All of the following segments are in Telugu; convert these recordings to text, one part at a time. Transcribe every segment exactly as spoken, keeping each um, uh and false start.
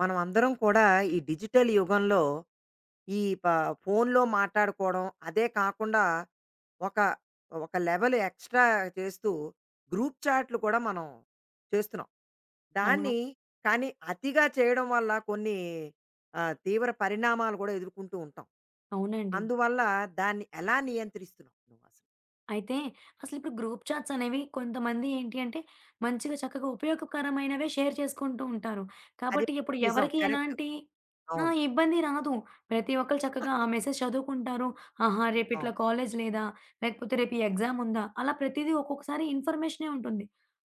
మనం అందరం కూడా ఈ డిజిటల్ యుగంలో ఈ ప ఫోన్లో మాట్లాడుకోవడం అదే కాకుండా ఒక ఒక లెవెల్ ఎక్స్ట్రా చేస్తూ గ్రూప్ చాట్లు కూడా మనం చేస్తున్నాం. అవును. దాన్ని కానీ అతిగా చేయడం వల్ల కొన్ని ఆహ్, తీవ్ర పరిణామాలు కూడా ఎదుర్కొంటూ ఉంటాం. అవునండి. అందువల్ల దాన్ని ఎలా నియంత్రిస్తున్నావు నువ్వసలు? అయితే అసలిప్పుడు గ్రూప్ చాట్స్ అనేవి కొంతమంది ఏంటి అంటే, మంచిగా చక్కగా ఉపయోగకరమైనవే షేర్ చేసుకుంటూ ఉంటారు. అది కాబట్టి ఇప్పుడు నిజం. ఎవరికి కరెక్ట్. ఎలాంటి ఆ! అవును. ఇబ్బంది రాదు. ప్రతి ఒక్కళ్ళు చక్కగా ఆ మెసేజ్ చదువుకుంటారు. ఆహా! రేపిట్లా అవును. కాలేజ్ లేదా? లేకపోతే రేపు ఈ ఎగ్జామ్ ఉందా? అలా ప్రతిదీ ఒక్కొక్కసారి ఇన్ఫర్మేషనే ఉంటుంది.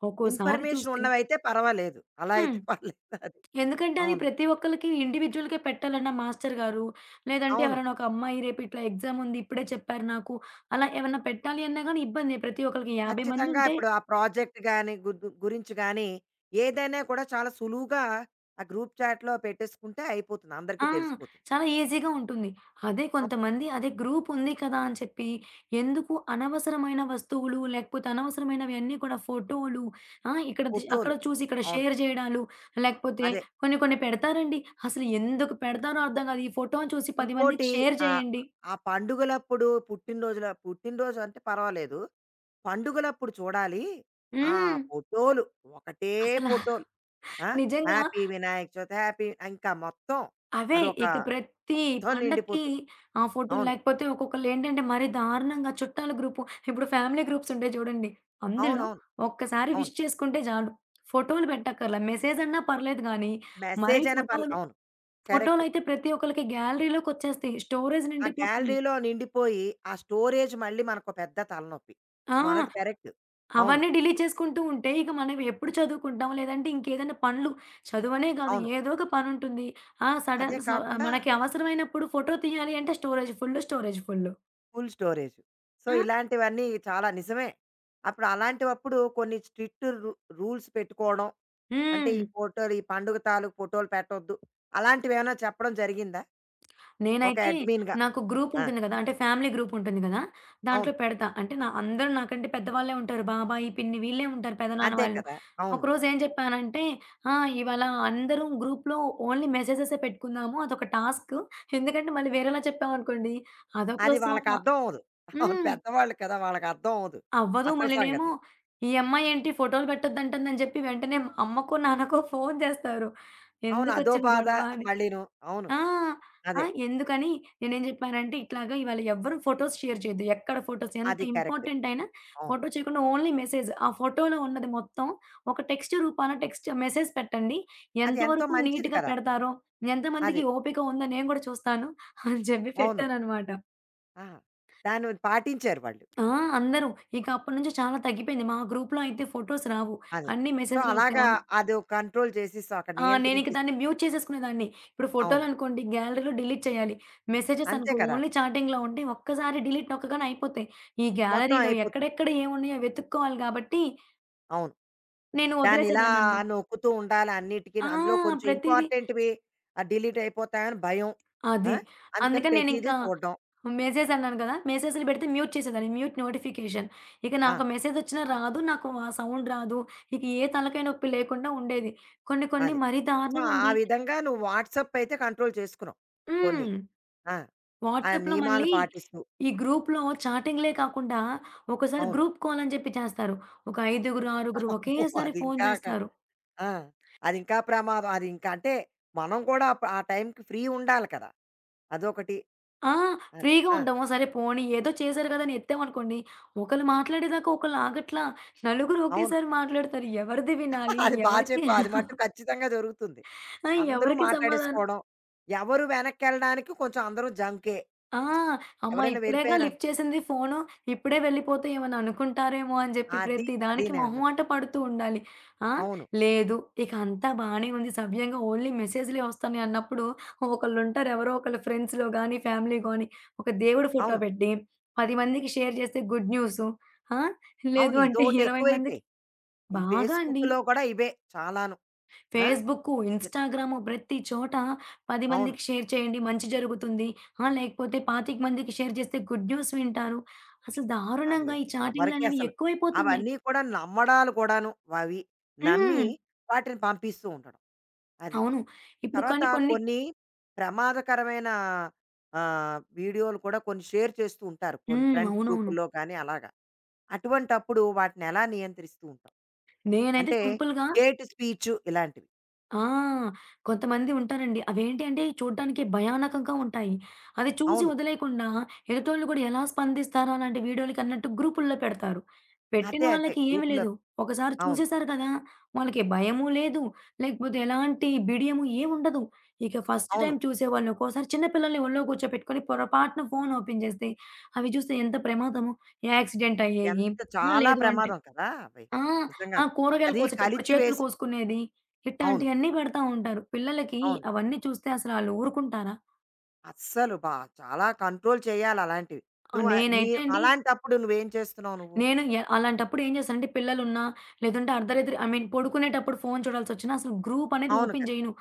ఒక్కోసారి ఇన్ఫర్మేషన్ చూస్తే ఉన్నవైతే పర్వాలేదు. అలా అయితే హ్మ్. పర్లేదు. అది. ఎందుకంటే అది అవును. ప్రతి ఒక్కళ్ళకి ఇండివిడ్యువల్‌గే పెట్టాలండి ఆ మాస్టర్ గారు. లేదంటే అవును. ఎవరైనా ఒక అమ్మాయి రేపు ఇట్లా ఎగ్జామ్ ఉంది. ఇప్పుడే చెప్పారు నాకు. అలా ఏమన్నా పెట్టాలి అన్నా గాని ఇబ్బందే. ప్రతి ఒక్కళ్ళకి యాభై మంది ఖచ్చితంగా ఉంటే ఇప్పుడు ఆ ప్రాజెక్ట్ గాని గుర్దు గురించి గాని, ఏదైనా కూడా చాలా సులువుగా ఆ గ్రూప్ చాట్‌లో పెట్టేసుకుంటే అయిపోతుంది. అందరికీ ఆ! తెలిసిపోతుంది. చాలా ఈజీగా ఉంటుంది. అదే అ కొంతమంది అదే గ్రూప్ ఉంది కదా! అని చెప్పి ఎందుకు అనవసరమైన వస్తువులు లేకపోతే అనవసరమైనవి అన్నీ కూడా ఫోటోలు ఆ! ఇక్కడ ది అక్కడ ఫోటోలు. చూసి ఇక్కడ అవును. షేర్ చేయడాలు లేకపోతే అదే. కొన్ని కొన్ని పెడతారండి. అసలు ఎందుకు పెడతారో అర్థం కాదు. ఈ ఫోటోని చూసి పది మందికి ఇంకోటి షేర్ ఆహ్, చేయండి. ఆ పండుగలప్పుడు పుట్టినరోజుల పుట్టినరోజు అంటే పర్వాలేదు. పండుగలప్పుడు చూడాలి. ఆ హ్మ్. ఫోటోలు ఒకటే అసల ఫోటోలు. ఆ! నిజంగా హ్యాపీ వినాయక చవితి, హ్యాపీ ఇంకా మొత్తం అవే. అదొక ఇక ప్రతి మొత్తం పండక్కి నిండిపోతుంది. ఆ ఫోటోలు అవును. లేకపోతే ఒక్కొక్కళ్ళేంటంటే మరీ దారుణంగా చుట్టాల గ్రూపు, ఇప్పుడు ఫ్యామిలీ గ్రూప్స్ ఉంటాయి చూడండి. అందులో అవునవును. ఒక్కసారి అవును. అవును విష్ చేసుకుంటే చాలు. ఫోటోలు పెట్టక్కర్లా. మెసేజ్ అన్నా పర్లేదు గానీ, మరీ మెసేజ్ అయినా పర్లే ఫోటోలు అవును. కరెక్ట్. ఫోటోలయితే ప్రతి ఒక్కళ్ళకి గ్యాలరీలోకొచ్చేస్తాయి. స్టోరేజ్ ఆ నిండిపోతుంది. గ్యాలరీలో నిండిపోయి, ఆ స్టోరేజ్ మళ్ళీ మనకో పెద్ద తలనొప్పి. ఆ! నువ్వన్నది కరెక్ట్. అవును. అవన్నీ డిలీట్ చేసుకుంటూ ఉంటే, ఇక మనం ఎప్పుడు చదువుకుంటాం? లేదంటే ఇంకేదైనా పనులు చదువనే కాదు అవును. ఏదో ఒక పనుంటుంది. ఆ! సడన్ అదే స కాకుండా మనకి అవసరమైనప్పుడు ఫోటో తీయాలి అంటే storage full, storage full. Full storage. So, ఆ! ఇలాంటివన్నీ చాలా నిజమే. అప్పుడు అలాంటివప్పుడు కొన్ని స్ట్రిక్ట్ రు రూల్స్ పెట్టుకోవడం, అంటే హ్మ్. ఈ ఫోటోలు, ఈ పండుగ తాలూకు ఫోటోలు పెట్టొద్దు. అలాంటివేమైనా చెప్పడం జరిగిందా? ఒక నేనైతే అడ్మిన్‌గా. నాకు గ్రూప్ ఆ! ఉంటుంది గదా! అంటే ఫ్యామిలీ గ్రూప్ ఉంటుంది గదా! దాంట్లో అవును. పెడతా. అంటే నా అందరూ నాకంటే పెద్దవాళ్ళే ఉంటారు. బాబాయి, పిన్ని వీళ్ళే ఉంటారు. పెదనాన్న అంతే వాళ్ళు. కదా! అవును. ఒకరోజు ఏం చెప్పానంటే, "ఆ! ఇవాళ అందరం గ్రూప్‌లో ఓన్లీ మెసేజెసే పెట్టుకుందాము. అదొక టాస్క్. ఎందుకంటే మళ్ళీ వేరేలా చెప్పామనుకోండి అదొక అది సోప. వాళ్ళకర్థం అవ్వదు. అవును. హ్మ్. పెద్దవాళ్ళు కదా! వాళ్ళకర్థం అవ్వదు. అవ్వదు. అసలు మళ్ళీనేమో సంగతి. ఈ అమ్మాయి ఏంటి ఫోటోలు పెట్టొద్దంటుందని" చెప్పి వెంటనే అమ్మకో, నాన్నకో ఫోను చేస్తారు. అవును. అదో ఎందుకొచ్చిన బాధ గొడవ అని. మళ్ళీను. అవును. ఆ! ఆ! అదే. ఎందుకని నేనేం జెప్పానంటే, ఇట్లాగా ఇవాళ ఎవ్వరు ఫోటోస్ షేర్ చేయొద్దు. ఎక్కడ ఫోటోస్ ఎంత అది కరెక్ట్. ఇంపార్టెంట్ అయినా అవును. ఫోటో చేయకుండా ఓన్లీ మెసేజ్. ఆ ఫోటోలో ఉన్నది మొత్తం ఒక టెక్స్ట్ రూపాన టెక్స్ట్ మెసేజ్ పెట్టండి. అది ఎంతో ఎంతవరకు మంచిది నీట్‌గా కదా! పెడతారో, ఎంతమందికి అది. ఓపిక ఉందో నేను గూడా చూస్తాను అని చెప్పి అవును. పెట్టాననమాట. ఆహా! దాన్ని పాటించారు వాళ్ళు. ఆ! అందరూ. ఇక అప్పటినుంచి చాలా తగ్గిపోయింది. మా గ్రూప్‌లో అయితే ఫోటోస్ రావు. అది. అన్ని సో, మెసేజ్‌లే వస్తాయి. అలాగా అన్ అది కంట్రోల్ చేసేసావు. అక్కడ ఆ! నేనింక దాన్ని నియంత్రించేసావు. మ్యూట్ చేసేసుకునేదాన్ని. ఇప్పుడు అవును. ఫోటోలనుకోండి గ్యాలరీలో డిలీట్ చేయాలి. మెసేజెస్ అంతే అనుకో కదా! ఓన్లీ చాటింగ్‌లో ఉంటే ఒక్కసారి డిలీట్ నొక్కగానే అయిపోతాయి. ఈ మొత్తం గ్యాలరీలో అయిపోతుంది. ఎక్కడెక్కడ ఏమున్నాయో వెతుక్కోవాలి గాబట్టి అవును. నేను దాన్ని ఇలా వదిలేసేదాన్ననమాట. నొక్కుతూ ఉండాలి అన్నిటికీను. ఆ! అందులో కొంచెం ప్రతీదీ. ఇంపార్టెంట్‌వి ఆహ్, డిలీట్ అయిపోతాయని భయం. ఆ! అది. అందుకని అందుకని ప్రతీదీ నేనింకా చూడడం. మెసేజ్ అన్నాను గదా! మెసేజ్‌లు పెడితే మ్యూట్ చేసేదాన్ని. Mute notification. ఇక ఆ! నాకు మెసేజొచ్చినా రాదు. నాకు ఆ సౌండ్ రాదు. ఇక ఏ తలకాయ నొప్పి లేకుండా ఉండేది. కొన్ని కొన్ని అది. మరీ సో, ఆ దారుణమండి. విధంగా నువ్వు వాట్సాప్ అయితే కంట్రోల్ చేసుకున్నావు కొన్ని. హ్మ్. ఆ! ఆ వాట్సాప్‌లో నియమాలు మళ్ళీ పాటిస్తూ. ఈ గ్రూప్‌లో చాటింగ్‌లే కాకుండా ఒక్కోసారి అవును. గ్రూప్ కాల్ అని చెప్పి చేస్తారు. ఒక ఐదుగురు, ఆరుగురు అమ్మో! ఒకేసారి ఫోను అదింకా క చేస్తారు. ఆ! అది ఇంకా ప్రమాదం. అది ఇంకా అంటే మనం కూడా అప్ ఆ టైంకి ఫ్రీ ఉండాలి కదా! అదొకటి. ఆ! అది. ఫ్రీగా ఆ! ఉండము. సరే పోనీ ఏదో చేశారు కదా! అని ఎత్తామనుకోండి, ఒకళ్ళు మాట్లాడేదాకా ఒకళ్ళు ఆగట్లా. నలుగురు అవును. ఒకేసారి మాట్లాడతారు. ఎవరిది వినాలి? అది బా ఎవరికి చెప్పావు. అది మట్టు ఖచ్చితంగా జరుగుతుంది. ఆ! అందరూ ఎవరికి సమాధానం మాట్లాడేసుకోవడం. ఎవరు వెనక్కెళ్ళడానికి కొంచెం అందరూ జంకే. ఆ! అమ్మ ఎవరైనా ఇప్పుడేగా వెళ్ళిపోయారన్ లిఫ్ట్ చేసింది ఫోను. ఇప్పుడే వెళ్ళిపోతే ఏమన్నా అనుకుంటారేమో అని జెప్పి అది. ప్రతి అది దానికి నేనన్నది. మొహమాట పడుతూ ఉండాలి. ఆ! అవును. లేదు ఇక అంతా బానే ఉంది సవ్యంగా ఓన్లీ మెసేజ్‌లే వస్తున్నాయి అన్నప్పుడు ఒకళ్ళుంటారు ఎవరో ఒకళ్ళు ఫ్రెండ్స్‌లో గానీ, ఫ్యామిలీ గానీ ఒక దేవుడి ఫోటో అవును. పెట్టి పది మందికి షేర్ చేస్తే గుడ్ న్యూసు. ఆ! అవును. లేదు అంటే ఇదోటి ఇరవై ఎక్కువైపోయి. మందికి ఈ బాగా అండి. ఫేస్‌బుక్‌లో కూడా ఇవే చాలాను. ఆ! ఫేస్‌బుక్కు, ఇన్‌స్టాగ్రాము ప్రతి చోట పది అవును. మందికి షేర్ చేయండి మంచి జరుగుతుంది. ఆ! లేకపోతే ఇరవై ఐదు మందికి షేర్ చేస్తే గుడ్ న్యూస్ వింటారు. అసలు అది దారుణంగా ఈ ఎవరికీ చాటింగ్‌లనేవి అసలు ఎక్కువైపోతున్నాయి. అవన్నీ కూడా నమ్మడాలు కూడాను అవి నమ్మి హ్మ్. వాటిని పంపిస్తూ ఉండడం. అది. అవును. ఇప్పుడు తర్వాత కానీ కొన్ని కొన్ని ప్రమాదకరమైన ఆహ్, వీడియోలు కూడా కొన్ని షేర్ చేస్తూ ఉంటారు. కొన్ని హ్మ్. ఫ్రెండ్స్ అవునవును. గ్రూపుల్లో కానీ అలాగా. అటువంటప్పుడు వాటిని ఎలా నియంత్రిస్తూ ఉంటావు? నేనైతే అంటే సింపుల్‌గా హేట్ స్పీచ్ ఇలాంటివి. ఆ! కొంతమంది ఉంటారండి. అవేంటి అంటే చూడ్డానికి భయానకంగా ఉంటాయి. అది చూసి అవును. వదిలేయకుండా ఎదుటోళ్ళు కూడా ఎలా స్పందిస్తారా అలాంటి వీడియోలకి అన్నట్టు గ్రూపుల్లో పెడతారు. పెట్టిన అదే. అదే. వాళ్ళకి ఏమి గ్రూప్‌లో లేదు. ఒకసారి అవును. చూసేసారు కదా! వాళ్ళకి భయము లేదు. లేకపోతే ఎలాంటి బిడియము ఏముండదు. ఇక ఫస్ట్ అవును. టైమ్ చూసేవాళ్ళు ఒక్కోసారి చిన్న పిల్లల్ని ఒళ్ళో కూర్చోపెట్టుకొని పొరపాటున ఫోన్ ఓపెన్ చేస్తే అవి చూస్తే ఎంత ప్రమాదమో యాక్సిడెంట్ అయ్యేయి. ఎంత ఆ! చాలా లేదు అంటే ప్రమాదం కదా! అవి. ఆ! ఆ! నిజంగాను. కూరగాయలు అది కోసేటప్పుడు చేతులు కలిచివేసి కోసుకునేది. అవును. ఇట్టాంటియన్నీ పెడతా ఉంటారు. పిల్లలకి అవును. అవన్నీ చూస్తే అసలు ఆళ్ళు ఊరుకుంటారా? అస్సలు బా చాలా కంట్రోల్ చేయాలి అలాంటివి. ఆ! నువ్వు ఆహ్, నీ నేనైతే అండి అలాంటప్పుడు నువ్వేం చేస్తున్నావు నువ్వు? నేను ఎ అలాంటప్పుడు ఏం చేస్తానంటే పిల్లలున్నా, లేదంటే అర్ధరాత్రి ఐ మీన్ పడుకునేటప్పుడు ఫోను చూడాల్సొచ్చినా అసలు గ్రూప్ అనేది అవును ఓపెన్ కదా! జేయను.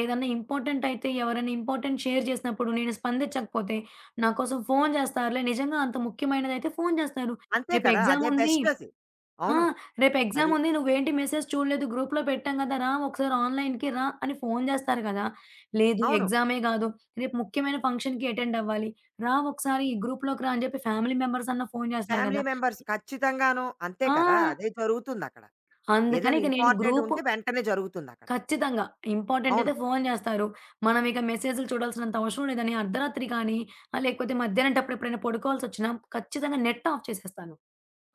ఏదన్నా ఇంపార్టెంట్ అయితే ఎవరైనా ఇంపార్టెంట్ షేర్ చేసినప్పుడు నేను స్పందించకపోతే, నా కోసం ఫోను జేస్తారులే నిజంగా అంత ముఖ్యమైనదైతే ఫోను జేస్తారు. అంతే రేపు కదా! అదే ఎగ్జాముంది బెస్ట్ అది. ఆ! అవును. "రేపు ఎగ్జామ్ అది. ఉంది. నువ్వేంటి మెసేజ్ చూడలేదు. గ్రూప్‌లో పెట్టాం కదా! రా ఒకసారి ఆన్‌లైన్‌కి రా" అని ఫోన్ చేస్తారు కదా! లేదు అవును. ఎగ్జామే కాదు. రేపు ముఖ్యమైన ఫంక్షన్‌కి అటెండ్ అవ్వాలి. "రా ఒకసారి ఈ గ్రూప్‌లోకి రా" అని చెప్పి ఫ్యామిలీ మెంబర్స్ అన్నా ఫోన్ చేస్తారు ఫ్యామిలీ కదా! మెంబర్స్ ఖచ్చితంగాను. అంతే ఆ! కదా! అదే జరుగుతుందక్కడ. అందుకని ఏదైనా ఇక నేను ఇంపార్టెంట్ గ్రూప్ ఉంటే వెంటనే జరుగుతుందక్కడ. ఖచ్చితంగా ఇంపార్టెంట్ అవును. అయితే ఫోన్ చేస్తారు. మనం ఇక మెసేజ్‌లు చూడాల్సినంత అవసరం లేదని అర్ధరాత్రి కానీ, ఆహ్, లేకపోతే మధ్యాహ్నం టప్పుడు ఎప్పుడైనా పడుకోవాల్సొచ్చినా ఖచ్చితంగా నెట్ ఆఫ్ చేసేస్తాను.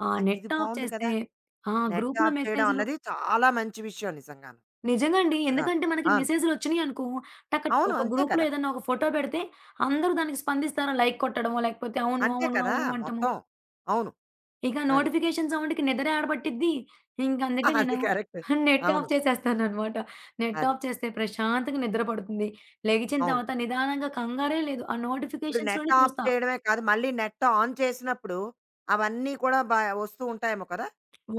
ఆ ఆహ్, ఇది నెట్ ఆఫ్ బావుంది కదా! చేస్తే ఆ! నెట్ గ్రూప్‌లో ఆఫ్ చేయడం మెసేజ్‌లు అన్నది చాలా మంచి విషయం నిజంగాను. నిజంగా అండి. చక్కగాను. ఎందుకంటే మనకి అవును. మెసేజ్‌లొచ్చినియనుకో టక అవును. ఒక అంతే గ్రూప్‌లో కదా! ఏదన్నా ఒక ఫోటో పెడితే అందరూ దానికి స్పందిస్తారు. లైక్ కొట్టడమో, లేకపోతే అవును, అంతే అవును, కదా! అవును అంటము. మొత్తం. అవును. ఇక అది. నోటిఫికేషన్ సౌండ్‌కి నిద్రే ఆడబట్టిద్ది. ఇంక అందుకే అది నేను కరెక్ట్. నెట్ అవును. ఆఫ్ చేసేస్తాననమాట. నెట్ అది. ఆఫ్ చేస్తే ప్రశాంతంగా నిద్ర పడుతుంది. లెగిచిన అవును. తర్వాత నిదానంగా కంగారే లేదు. ఆ ఇప్పుడు నెట్ నోటిఫికేషన్స్‌లోనే ఆఫ్ చూస్తా. చేయడమే కాదు, మళ్ళీ నెట్ ఆన్ చేసినప్పుడు అవన్నీ కూడా బ వస్తూ ఉంటాయేమో కదా!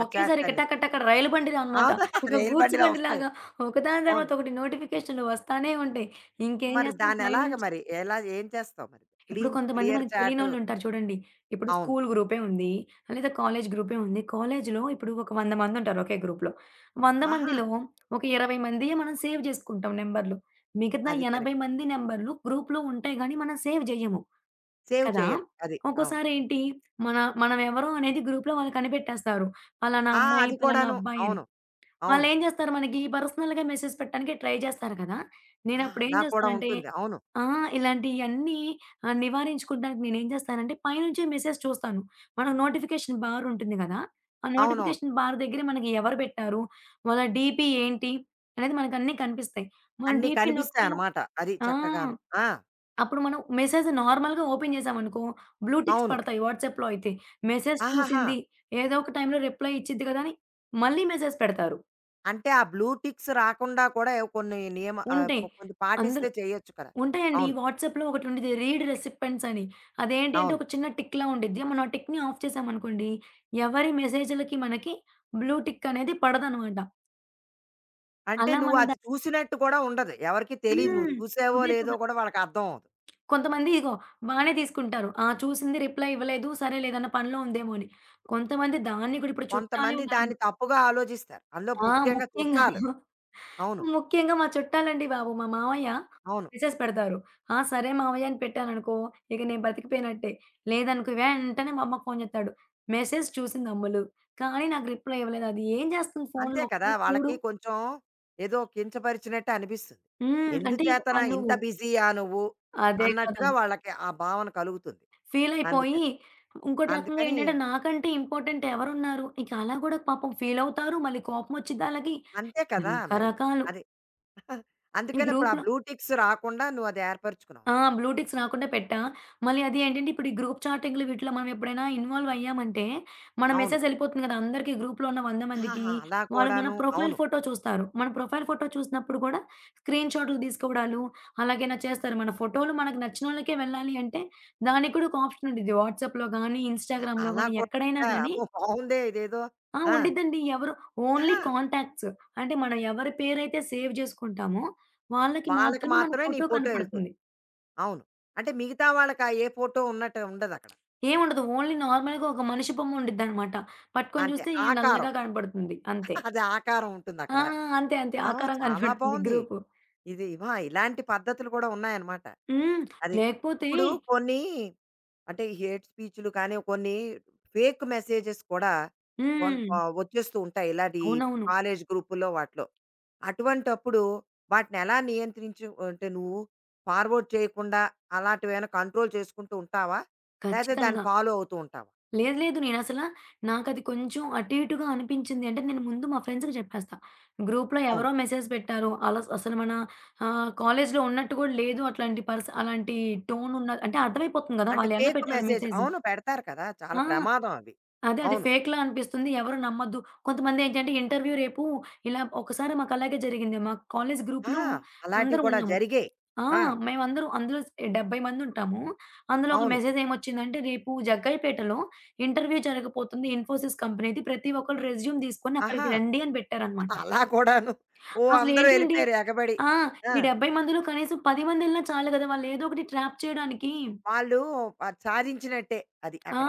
ఆ ఒకేసారి ఇక చాట్‌లన్నీ. టక టక రైలు బండిలనమాట. అవును. ఇక రైలు గూడ్స్ బండిలో వస్తాయి. బండిలాగా ఒకదాని అవును. తర్వాత ఒకటి నోటిఫికేషన్‌లు వస్తానే ఉంటాయి. ఇంకేం మరి చేస్తాం దాన్నెలాగ పైనుంచి మరి? ఎలా ఏం చేస్తావు మరి? ఇప్పుడు క్లీన్ కొంతమంది క్లియర్ మనకు చాట్ తెలియనోళ్ళుంటారు చూడండి. ఇప్పుడు అవును. School correct. గ్రూపే ఉంది. లేదా కాలేజ్ గ్రూపే ఉంది. కాలేజ్‌లో ఇప్పుడు ఒక వంద మందుంటారు ఒకే గ్రూప్‌లో. వంద ఆహా! మందిలో ఒక ఇరవై మందియే మనం సేవ్ జేసుకుంటాం నంబర్‌లు. మిగతా అది ఎనభై కరెక్ట్. మంది నంబర్‌లు గ్రూప్‌లో ఉంటాయి గానీ మనం సేవ్ జేయము. సేవ్ కదా! చెయ్యరు. అది. అవును. ఒక్కోసారి ఏంటి మన మనం ఎవరో అనేది గ్రూప్‌లో వాళ్ళు కనిపెట్టేస్తారు. పలానా ఆ! అమ్మాయి, అది పలానా కూడాను. అబ్బాయి అని. అవును. అవును. వాళ్ళేం జేస్తారు మనకి పర్సనల్‌గా మెసేజ్ పెట్టడానికి ట్రై జేస్తారు కదా! ఆ! నేనప్పుడు ఏం అలా కూడా జేస్తానంటే ఉంటుంది. అవును. ఆ! ఇలాంటియన్నీ ఆహ్, నివారించుకుంటానికి నేనేం జేస్తానంటే పైనుంచే మెసేజ్ చూస్తాను. మనకు నోటిఫికేషన్ బార్ ఉంటుంది గదా! ఆ అవునవును. నోటిఫికేషన్ బార్ దగ్గర మనకి ఎవరు బెట్టారు? వాళ్ళ డీపీ ఏంటి? అనేది మనకన్నీ కనిపిస్తాయి. మనం అన్నీ డీపీ నొక్కాము కనిపిస్తాయన్నమాట. అది ఆ! చక్కగాను. ఆ! అప్పుడు మనం మెసేజ్ నార్మల్‌గా ఓపెన్ జేసామనుకో బ్లూ టిక్స్ అవును. పడతాయి వాట్సాప్‌లో అయితే. మెసేజ్ ఆహాహా! చూసింది, ఏదో ఒక టైంలో రిప్లై ఇచ్చిద్ది గదా! అని మళ్ళీ మెసేజ్ పెడతారు. అంటే ఆ బ్లూ టిక్స్ రాకుండా కూడా ఏవో కొన్ని నియమ ఆహ్, ఉంటాయి. పొ కొంత పాటిస్తే అందులో చేయొచ్చు కదా! ఉంటాయండి. ఈ అవును. వాట్సాప్‌లో ఒకటుండేది రీడ్ రెసిపెంట్స్ అని. అదేంటి అంటే, అవును. ఒక చిన్న టిక్‌లా ఉండిద్ది. మనం ఆ టిక్‌ని ఆఫ్ చేశామనుకోండి, ఎవరి మెసేజులకి మనకి బ్లూ టిక్ అనేది పడదనమాట. అంటే అలా నువ్వు మనం అది దా చూసినట్టు కూడా ఉండదు. ఎవరికీ హ్మ్. తెలీదు. నువ్వు ఓహ్! చూసావో అదే లేదో కదా! కూడా వాళ్ళకి అర్థం అవ్వదు. కొంతమంది ఇగో బానే తీసుకుంటారు. ఆ! చూసింది రిప్లై ఇవ్వలేదు. సరేలే ఏదన్నా పనిలో ఉందేమో అని. కొంతమంది దాన్ని కూడా ఇప్పుడు చుట్టాలే కొంతమంది దాన్ని ఉన్నారనుకో తప్పుగా ఆలోచిస్తారు. అందులో ఆ! ముఖ్యంగా ముఖ్యంగా చుట్టాలు. అవును. ముఖ్యంగా మా చుట్టాలండి బాబు. మా మామయ్య అవును. మెసేజ్ పెడతారు. ఆ! సరే మావయ్య అని పెట్టాననుకో, ఇక నేను బ్రతికిపోయినట్టే. లేదనుకో వెంటనే మా అమ్మకి ఫోను చేత్తాడు. మెసేజ్ చూసింది అమ్ములు. కానీ నాకు రిప్లై ఇవ్వలేదు. అది ఏం చేస్తుంది అంతే ఫోనులో కదా! ఒకసారి చూడు. వాళ్ళకి కొంచెం ఏదో కించపరిచినట్టు అనిపిస్తుంది. హ్మ్. అంటే ఇక ఎందుచేతన వాళ్ళు ఇంత బిజీయా నువ్వు అదే కదా! అన్నట్టుగా వాళ్ళకి ఆ భావన కలుగుతుంది. ఫీల్ అయిపోయి అందుకని. ఇంకోటి రకంగా అందుకని ఏంటంటే నాకంటే ఇంపార్టెంట్ ఎవరున్నారు? ఇక అలా కూడా పాపం ఫీల్ అవుతారు. మళ్ళీ కోపమొచ్చిద్ది ఆళ్ళకి. అంతే కదా మరి. రకరకాలు. అది. ఈ అందుకని ఇప్పుడు ఆ గ్రూప్‌లో బ్లూ టిక్స్ రాకుండా నువ్వు అది ఏర్పరచుకున్నావు ఆ! నువ్వు. బ్లూటిక్స్ రాకుండా పెట్టా. మళ్ళీ అది ఏంటంటే ఇప్పుడు ఈ గ్రూప్ చాటింగ్‌లు వీటిలో మనం ఎప్పుడైనా ఇన్వాల్వ్ అయ్యామంటే, మన అవును. మెసేజ్ ఎళ్ళిపోతుంది కదా! అందరికీ గ్రూప్‌లో ఉన్న వంద మందికి. ఆహాహా! అలా వాళ్ళు మన కూడాను. ప్రొఫైల్ అవును. ఫోటో చూస్తారు. మన ప్రొఫైల్ ఫోటో చూసినప్పుడు కూడా స్క్రీన్ షాట్లు తీసుకోవడాలు అలాగేనా చేస్తారు. మన ఫోటోలు మనకు నచ్చినోళ్ళకే వెళ్ళాలి అంటే, దానికి కూడా ఒక ఆప్షన్ ఉండిద్ది. వాట్సాప్‌లో గానీ, అ ఇన్‌స్టాగ్రామ్‌లో అలా గానీ, ఎక్కడైనా కూడా గానీ అమ్మో! బావుందే ఇదేదో. ఆ! ఆ! ఉండిద్దండి. ఎవరు ఓన్లీ అహా! కాంటాక్ట్స్. అంటే మనం ఎవరి పేరైతే సేవ్ చేసుకుంటామో వాళ్ళకి వాళ్ళకి మాత్రమే మన మాత్రమే నీ ఫోటో ఫోటో ఎళ్తుంది. కనపడుతుంది. అవును. అంటే మిగతా వాళ్ళకి ఆ ఏ ఫోటో ఉన్నట్టు ఉండదక్కడ. ఏముండదు. ఓన్లీ నార్మల్‌గా ఒక మనిషి బొమ్మ ఉండిద్దనమాట. పట్టుకొని అంతే చూస్తే ఈ ఆకారం. నల్లగా కనపడుతుంది అంతే. అది ఆకారం ఉంటుందక్కడ. ఆ! అంతే. అంతే. ఆ! ఆకారం చాలా కనపడుతుంది బావుంది. గ్రూపు. ఇది వా ఇలాంటి పద్ధతులు కూడా ఉన్నాయన్నమాట. హ్మ్. అది. లేకపోతే ఇప్పుడు కొన్ని అంటే హేట్ స్పీచ్‌లు కానీ, కొన్ని ఫేక్ మెసేజెస్ కూడా కొంత హ్మ్. వచ్చేస్తూ ఉంటాయి. ఇలాంటి అవునవును. కాలేజ్ గ్రూపుల్లో వాటిలో. అటువంటప్పుడు వాటిని ఎలా నియంత్రించు అంటే నువ్వు ఫార్వర్డ్ చేయకుండా అలాంటివేమైనా కంట్రోల్ చేసుకుంటూ ఉంటావా? లేతే దాన్ని ఖచ్చితంగా. ఫాలో అవుతూ ఉంటావా? లేదు. లేదు. నేనసల నాకది కొంచెం అటు ఇటుగా అనిపించింది అంటే నేను ముందు మా ఫ్రెండ్స్‌కి చెప్పేస్తా. గ్రూప్‌లో అవును. ఎవరో మెసేజ్ పెట్టారు. అలా అసలు మన ఆహ్, కాలేజ్‌లో ఉన్నట్టు కూడా లేదు. అట్లాంటి పర్స్ అలాంటి టోన్ ఉన్న అంటే అర్థమైపోతుంది కదా! అంటే వాళ్ళు ఎలా ఫేక్ పెట్టారు మెసేజ్ మెసేజ్. అవును. పెడతారు కదా! చాలా ఆ! ప్రమాదం అవి. అదే. అది అవును. ఫేక్‌లా అనిపిస్తుంది. ఎవరు నమ్మొద్దు. కొంతమందేంటంటే ఇంటర్వ్యూ రేపు ఇలా ఒకసారి మాకలాగే జరిగింది. మా కాలేజ్ ఆ! గ్రూప్‌లో అలాంటివి అందరం కూడా ఉన్నాము. జరిగాయి. ఆ! ఆ! మేమందరం అందులో స్ డెబ్బై మందుంటాము. అందులో ఒక అవును. మెసేజేమొచ్చిందంటే, "రేపు జగ్గయ్యపేటలో ఇంటర్వ్యూ జరగబోతుంది. ఇన్ఫోసిస్ కంపెనీది. ప్రతి ఒక్కళ్ళు రెజ్యూమ్ తీసుకొని ఆహా! అక్కడికి రండి" అని పెట్టారనమాట. అలా కూడాను. ఓ! అందరూ అసలేంటండి ఎళ్ళిపోయారు ఎగబడి. ఆ! ఆ! ఈ డెబ్బై మందిలో కనీసం పది మందెళ్ళినా చాలు గదా! వాళ్ళేదో ఒకటి ట్రాప్ చేయడానికి. వాళ్ళు అది సాధించినట్టే అది ఆ! అక్కడ.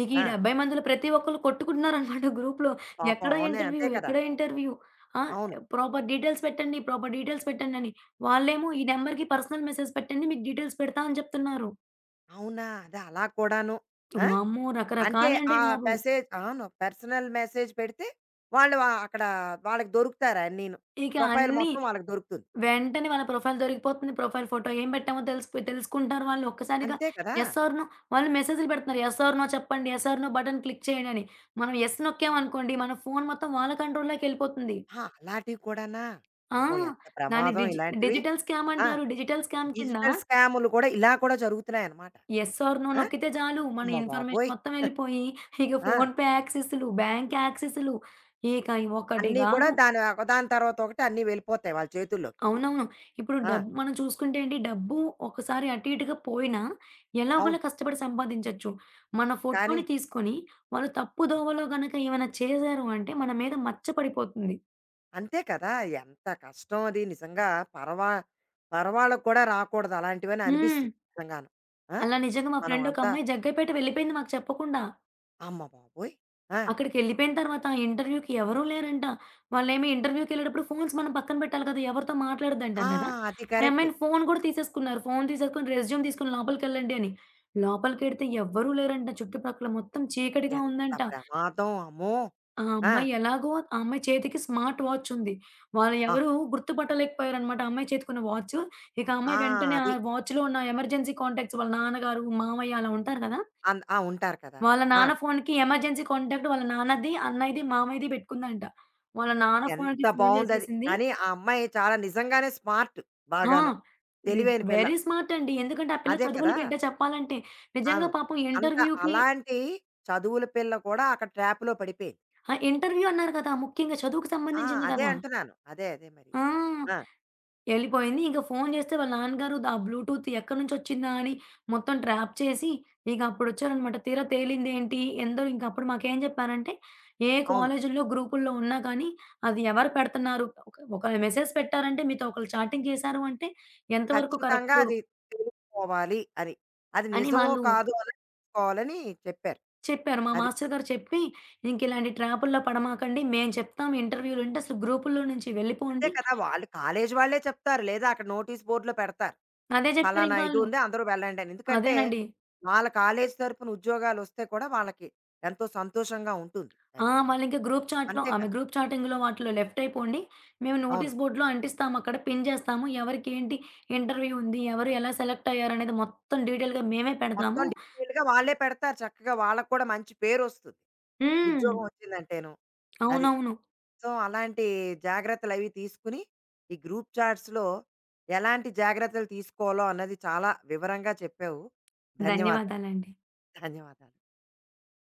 ఇక ఈ ఆ! డెబ్బై మందిలో ప్రతి ఒక్కళ్ళు కొట్టుకుంటున్నారనమాట గ్రూప్‌లో. పాపం ఎక్కడ అవునే ఇంటర్వ్యూ? అంతే కదా! ఎక్కడ ఇంటర్వ్యూ? ఆ! అవును. ప్రాపర్ డీటెయిల్స్ పెట్టండి, ప్రాపర్ డీటెయిల్స్ పెట్టండని. వాళ్ళేమో ఈ నంబర్‌కి పర్సనల్ మెసేజ్ పెట్టండి మీకు డీటెయిల్స్ పెడతా అని చెప్తున్నారు. అవునా? అదే అలా కూడాను. ఆ! వామ్మో! అంటే రకరకాలండి ఆ బాబు. మెసేజ్ అవును. పర్సనల్ మెసేజ్ పెడితే వాళ్ళు ఆహ్, అక్కడ వాళ్ళకి దొరుకుతారు అన్నీను. ఇక ప్రొఫైల్ అన్నీ మొత్తం వాళ్ళకి దొరుకుతుంది. వెంటనే వాళ్ళ ప్రొఫైల్ దొరికిపోతుంది. ప్రొఫైల్ ఫోటో ఏం పెట్టామో తెలిసిపోయి తెలుసుకుంటారు వాళ్ళు ఒక్కసారిగా. అంతే కదా! యెస్ ఆర్ నో వాళ్ళు మెసేజ్‌లు పెడుతున్నారు. యెస్ ఆర్ నో చెప్పండి. Yes or no button click చేయండి అని. మనం యెస్ నొక్కామనుకోండి మన ఫోన్ మొత్తం వాళ్ళ కంట్రోల్‌లోకెళ్ళిపోతుంది. ఆ! అలాంటివి కూడానా? ఆ! అమ్మో! ఎంత దాన్ని ప్రమాదం డిజి ఇలాంటివి. డిజిటల్ స్కామ్ ఆ! అంటారు. డిజిటల్ స్కామ్ కింద డిజిటల్ స్కాములు కూడా ఇలా కూడా జరుగుతున్నాయన్నమాట. యెస్ ఆర్ నో ఆ! నొక్కితే చాలు మన అమ్మ ఇన్ఫర్మేషన్ బాబోయ్! మొత్తం వెళ్ళిపోయి ఇక ఆ! ఫోన్‌పే యాక్సెస్‌లు, బ్యాంక్ యాక్సెస్‌లు ఇక ఒకటి అన్నీ కూడా గాదు. దాని ఒకదాని తర్వాత ఒకటి అన్నీ వెళ్ళిపోతాయి వాళ్ళ చేతుల్లోకి. అవునవును. ఇప్పుడు ఆ! డబ్బు మనం చూసుకుంటే ఏంటి డబ్బు ఒకసారి అటు ఇటుగా పోయినా ఎలాగోలా అవును. కష్టపడి సంపాదించొచ్చు. మన కానీ ఫోటోని తీసుకొని వాళ్ళు తప్పు హ్మ్. దోవలో గనక ఏమైనా చేశారు అంటే మన మీద మచ్చ పడిపోతుంది. అంతే కదా! ఎంత కష్టం అది నిజంగా పరవా పరవాళ్ళకి కూడా రాకూడదు అలాంటివని హ్మ్. అనిపిస్తుంది నిజంగాను. ఆ! అలా నిజంగా మా మనం ఫ్రెండ్ ఒక అంతా అమ్మాయి జగ్గైపేట వెళ్ళిపోయింది మాకు చెప్పకుండా. అమ్మ బాబోయ్! ఆ! అక్కడికెళ్ళిపోయిన తర్వాత ఆ ఇంటర్వ్యూకి ఎవరూ లేరంట. వాళ్ళేమి ఇంటర్వ్యూకెళ్ళేటప్పుడు ఫోన్స్ మనం పక్కన పెట్టాలి కదా! ఎవరితో ఆ! మాట్లాడొద్దంటాం కదా! అది ఆ కరెక్ట్. అమ్మాయిని ఫోను కూడా తీసేసుకున్నారు. ఫోను తీసేసుకొని రెజ్యూమ్ తీసుకొని లోపలికెళ్ళండి అని. లోపలికెడితే ఎవ్వరూ లేరంట. చుట్టుపక్కల మొత్తం చీకటిగా ఎంత ఉందంట. ప్రమాదం అమ్మో! ఆ ఆ! అమ్మాయి ఎలాగో ఆ అమ్మాయి చేతికి స్మార్ట్ వాచ్ ఉంది. వాళ్ళు ఆ! ఎవరు గుర్తుపట్టలేకపోయారనమాట. ఆ అమ్మాయి చేతికున్న వాచు. ఇక ఆ ఆ! అమ్మాయి వెంటనే ఆ అది వాచ్‌లో ఉన్న ఎమర్జెన్సీ కాంటాక్ట్స్ వాళ్ళ నాన్నగారు, మామయ్య అలా ఉంటారు కదా! అన్ ఆ! ఉంటారు కదా! వాళ్ళ ఆ! నాన్న ఫోన్‌కి ఎమర్జెన్సీ కాంటాక్ట్ వాళ్ళ నాన్నది, అన్నయ్యది, మామయ్యది పెట్టుకుందంట. వాళ్ళ నాన్న ఎంత ఫోన్‌కి ఫోన్ బావుందది. చేసేసింది కానీ ఆ అమ్మాయి చాలా నిజంగానే స్మార్ట్ ఆ! బాగాను. ని తెలివైన పిల్ల. వెరీ స్మార్ట్ అండి. ఎందుకంటే ఆ పిల్ల అదే చదువుల కదా! బిడ్డ చెప్పాలంటే. నిజంగా అవును. పాపం అంత ఇంటర్వ్యూకి అలాంటి చదువుల పిల్ల కూడా అక్కడ ట్రాప్‌లో పడిపోయింది. ఆ! ఇంటర్వ్యూ అన్నారు కదా! ముఖ్యంగా చదువుకు ఆ! సంబంధించింది అదే కదా! అంటున్నాను. అదే, అదే మరి. ఆ! ఆ! ఎళ్ళిపోయింది. ఇంక ఫోను జేస్తే వాళ్ళ నాన్నగారు ద ఆ బ్లూటూత్ ఎక్కడి నుంచొచ్చిందా అని మొత్తం ట్రాప్ చేసి ఇక అప్పుడొచ్చారనమాట. తీరా తేలిందేంటి? ఎందరో ఇంక అప్పుడు మాకేం జెప్పారంటే, ఏ అవును. కాలేజీల్లో గ్రూపుల్లో ఉన్నా కానీ, అది ఎవరు పెడుతున్నారు? ఒక ఒకళ్ళు మెసేజ్ పెట్టారంటే, మీతో ఒకళ్ళు చాటింగ్ చేశారు అంటే, ఎంతవరకు ఖచ్చితంగా కరెక్టు అది తెలుసుకోవాలి అని. అది అని నిజమో వాళ్ళు కాదో అన్నది తెలుసుకోవాలని చెప్పారు. చెప్పారు. మా అది. మాస్టర్ గారు చెప్పి, "ఇంకిలాంటి ట్రాపుల్లో పడమాకండి. మేము చెప్తాం ఇంటర్వ్యూలుంటే అసలు గ్రూపుల్లో నుంచి అంతే వెళ్ళిపోండి." కదా! వాళ్ళు కాలేజీ వాళ్ళే చెప్తారు. లేదా అక్కడ నోటీస్ బోర్డ్‌లో పెడతారు. అదే ఫలానా ఇది జెప్పారింకాళ్ళు. ఉంది అందరూ వెళ్ళండి అని. ఎందుకంటే అదేనండి. వాళ్ళ కాలేజ్ తరపున ఉద్యోగాలు వస్తే కూడా వాళ్ళకి ఎంతో సంతోషంగా ఉంటుంది. అది. ఆ! వాళ్ళింకా గ్రూప్ చాట్‌లో అంతే ఆమె కదా! గ్రూప్ చాటింగ్‌లో వాటిలో లెఫ్ట్ అయిపోండి. మేము అవును. నోటీస్ బోర్డ్‌లో అంటిస్తాము అక్కడ పిన్ చేస్తాము. ఎవరికి ఏంటి ఇంటర్వ్యూ ఉంది. ఎవరు ఎలా సెలెక్ట్ అయ్యారనేది మొత్తం డీటెయిల్‌గా మేమే మొత్తం పెడతాము. డీటెయిల్‌గా వాళ్ళే పెడతారు చక్కగా వాళ్ళకి కూడా మంచి పేరొస్తుంది. హ్మ్. ఉద్యోగం వచ్చిందంటేను. అది. అవునవును. సో, అలాంటి జాగ్రత్తలవి తీసుకుని ఈ గ్రూప్ చాట్స్‌లో ఎలాంటి జాగ్రత్తలు తీసుకోవాలో అన్నది చాలా వివరంగా చెప్పావు. ధన్యవాదాలు. ధన్యవాదాలండి. ధన్యవాదాలు.